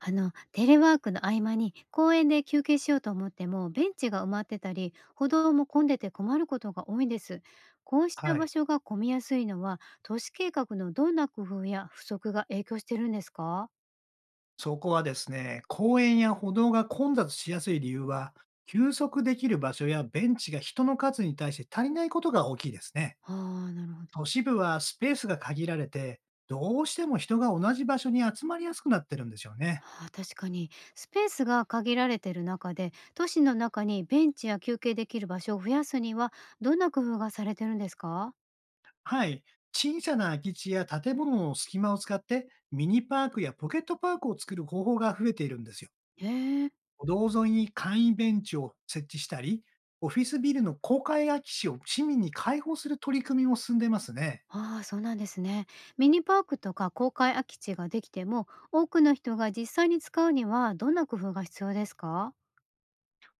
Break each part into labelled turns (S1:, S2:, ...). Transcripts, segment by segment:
S1: テレワークの合間に公園で休憩しようと思っても、ベンチが埋まってたり、歩道も混んでて困ることが多いんです。こうした
S2: は
S1: 場
S2: い。
S1: 所が混みやすいのは、都市計画のどんな工夫や不足が影響してるんですか？
S2: そこはですね、公園や歩道が混雑しやすい理由は、休息できる場所やベンチが人の数に対して足りないことが大きいですね。
S1: ああ、なるほ
S2: 都
S1: ど。
S2: 市部はスペースが限られて、どうしても人が同じ場所に集まりやすくなってるんですよね。
S1: 確かに、スペースが限られてる中で都市の中にベンチや休憩できる場所を増やすにはどんな工夫がされてるんですか？
S2: はい。小さな空き地や建物の隙間を使って、ミニパークやポケットパークを作る方法が増えているんですよ。
S1: へえ。
S2: 道沿いに簡易ベンチを設置したり、オフィスビルの公開空き地を市民に開放する取り組みも進んでますね。
S1: ああ、そうなんですね。ミニパークとか公開空き地ができても、多くの人が実際に使うにはどんな工夫が必要ですか？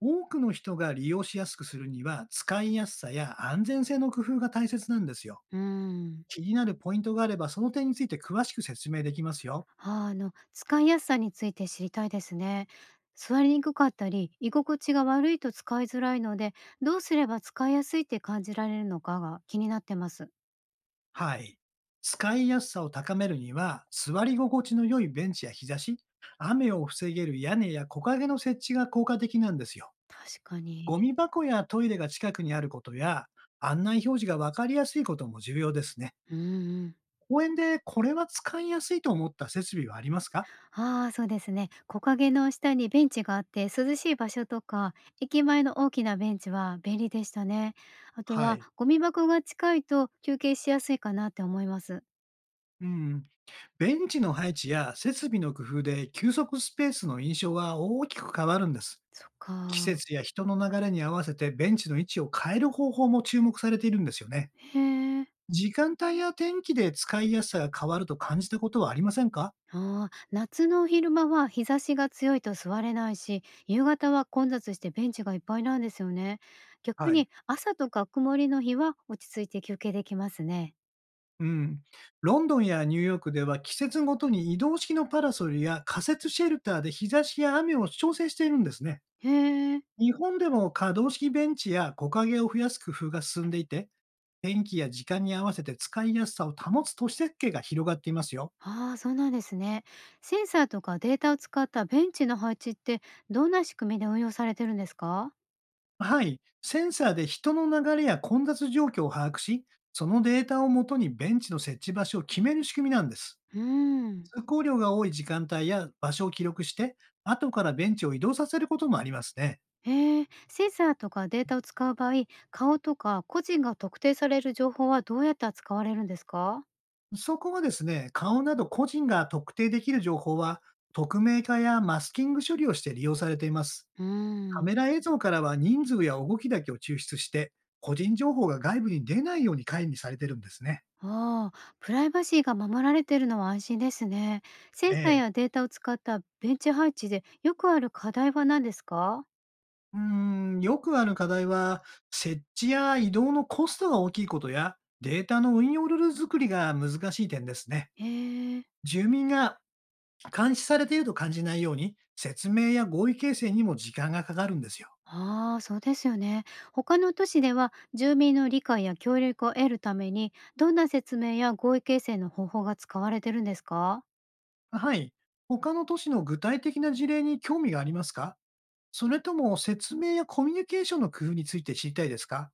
S2: 多くの人が利用しやすくするには、使いやすさや安全性の工夫が大切なんですよ。
S1: うーん、
S2: 気になるポイントがあれば、その点について詳しく説明できますよ。
S1: 使いやすさについて知りたいですね。座りにくかったり、居心地が悪いと使いづらいので、どうすれば使いやすいって感じられるのかが気になってます。
S2: はい。使いやすさを高めるには、座り心地の良いベンチや日差し、雨を防げる屋根や木陰の設置が効果的なんですよ。
S1: 確かに。
S2: ゴミ箱やトイレが近くにあることや、案内表示がわかりやすいことも重要ですね。
S1: うん。
S2: 公園でこれは使いやすいと思った設備はありますか？
S1: ああ、そうですね。木陰の下にベンチがあって、涼しい場所とか、駅前の大きなベンチは便利でしたね。あと
S2: は
S1: は
S2: い。
S1: ゴミ箱が近いと休憩しやすいかなって思います。
S2: うん。ベンチの配置や設備の工夫で休息スペースの印象は大きく変わるんです。
S1: そっ
S2: 季
S1: か。
S2: 節や人の流れに合わせてベンチの位置を変える方法も注目されているんですよね。
S1: へえ。
S2: 時間帯や天気で使いやすさが変わると感じたことはありませんか？
S1: ああ、夏の昼間は日差しが強いと座れないし、夕方は混雑してベンチがいっぱいなんですよね。逆
S2: はい。
S1: に朝とか曇りの日は落ち着いて休憩できますね。
S2: うん。ロンドンやニューヨークでは季節ごとに移動式のパラソルや仮設シェルターで日差しや雨を調整しているんですね。
S1: へえ。
S2: 日本でも可動式ベンチや木陰を増やす工夫が進んでいて、天気や時間に合わせて使いやすさを保つ都市設計が広がっていますよ。
S1: ああ、そうなんですね。センサーとかデータを使ったベンチの配置ってどんな仕組みで運用されてるんですか？
S2: はい。センサーで人の流れや混雑状況を把握し、そのデータをもとにベンチの設置場所を決める仕組みなんです。
S1: うーん。
S2: 通行量が多い時間帯や場所を記録して、後からベンチを移動させることもありますね。
S1: へえ、センサーとかデータを使う場合、顔とか個人が特定される情報はどうやって扱われるんですか？
S2: そこはですね、顔など個人が特定できる情報は、匿名化やマスキング処理をして利用されています。
S1: うー
S2: カメ
S1: ん。
S2: ラ映像からは人数や動きだけを抽出して、個人情報が外部に出ないように管理されてるんですね。
S1: ああ、プライバシーが守られてるのは安心ですね。セン
S2: え
S1: サー
S2: え。
S1: やデータを使ったベンチ配置でよくある課題は何ですか？
S2: うーん、よくある課題は、設置や移動のコストが大きいことや、データの運用ルール作りが難しい点ですね。
S1: へえ。
S2: 住民が監視されていると感じないように、説明や合意形成にも時間がかかるんですよ。
S1: ああ、そうですよね。他の都市では住民の理解や協力を得るためにどんな説明や合意形成の方法が使われてるんですか？
S2: はい。他の都市の具体的な事例に興味がありますか？それとも説明やコミュニケーションの工夫について知りたいですか？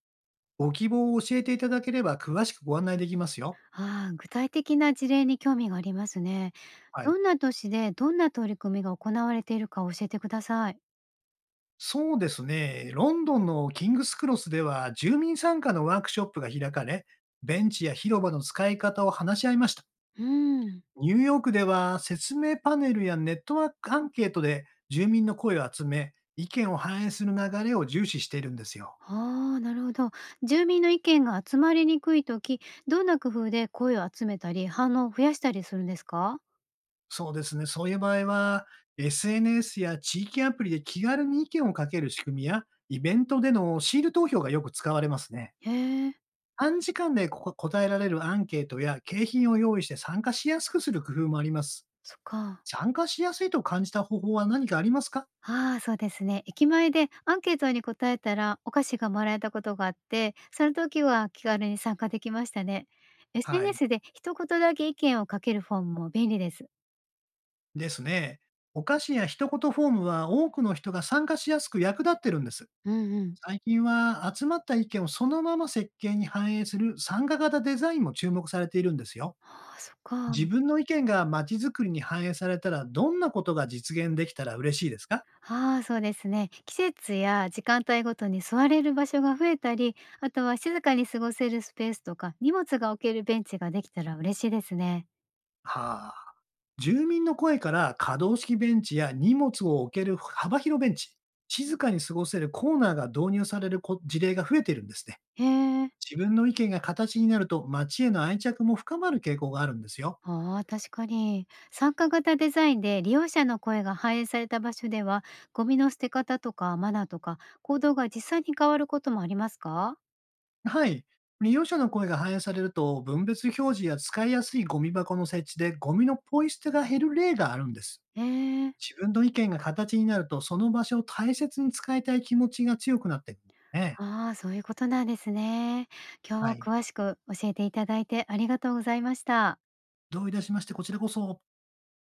S2: ご希望を教えていただければ詳しくご案内できますよ。
S1: ああ、具体的な事例に興味がありますね。
S2: は
S1: ど
S2: い。
S1: んな都市でどんな取り組みが行われているか教えてください。
S2: そうですね。ロンドンのキングスクロスでは住民参加のワークショップが開かれ、ベンチや広場の使い方を話し合いました。
S1: うん。
S2: ニューヨークでは説明パネルやネットワークアンケートで住民の声を集め、意見を反映する流れを重視しているんですよ。
S1: ああ、なるほど。住民の意見が集まりにくい時、どんな工夫で声を集めたり反応を増やしたりするんですか？
S2: そうですね。そういう場合は、SNS や地域アプリで気軽に意見をかける仕組みや、イベントでのシール投票がよく使われますね。
S1: へえ、
S2: 短時間でここ答えられるアンケートや景品を用意して参加しやすくする工夫もあります。
S1: そっか。
S2: 参加しやすいと感じた方法は何かありますか？
S1: ああ、そうですね。駅前でアンケートに答えたらお菓子がもらえたことがあって、その時は気軽に参加できましたね。
S2: はい。
S1: SNS で一言だけ意見を書けるフォームも便利です。
S2: ですね。お菓子や一言フォームは多くの人が参加しやすく役立ってるんです。
S1: うんうん。
S2: 最近は集まった意見をそのまま設計に反映する参加型デザインも注目されているんですよ。
S1: ああ、そっか。
S2: 自分の意見が街づくりに反映されたら、どんなことが実現できたら嬉しいですか？
S1: ああ、そうですね。季節や時間帯ごとに座れる場所が増えたり、あとは静かに過ごせるスペースとか、荷物が置けるベンチができたら嬉しいですね。
S2: はあ。住民の声から可動式ベンチや荷物を置ける幅広ベンチ、静かに過ごせるコーナーが導入される事例が増えているんですね。
S1: へえ。
S2: 自分の意見が形になると街への愛着も深まる傾向があるんですよ。
S1: ああ、確かに。参加型デザインで利用者の声が反映された場所では、ゴミの捨て方とかマナーとか行動が実際に変わることもありますか？
S2: はい。利用者の声が反映されると、分別表示や使いやすいゴミ箱の設置でゴミのポイ捨てが減る例があるんです。
S1: ええ。
S2: 自分の意見が形になると、その場所を大切に使いたい気持ちが強くなってくるね。
S1: ああ、そういうことなんですね。今日
S2: は
S1: は
S2: い。
S1: 詳しく教えていただいてありがとうございました。
S2: どういたしまして、こちらこそ。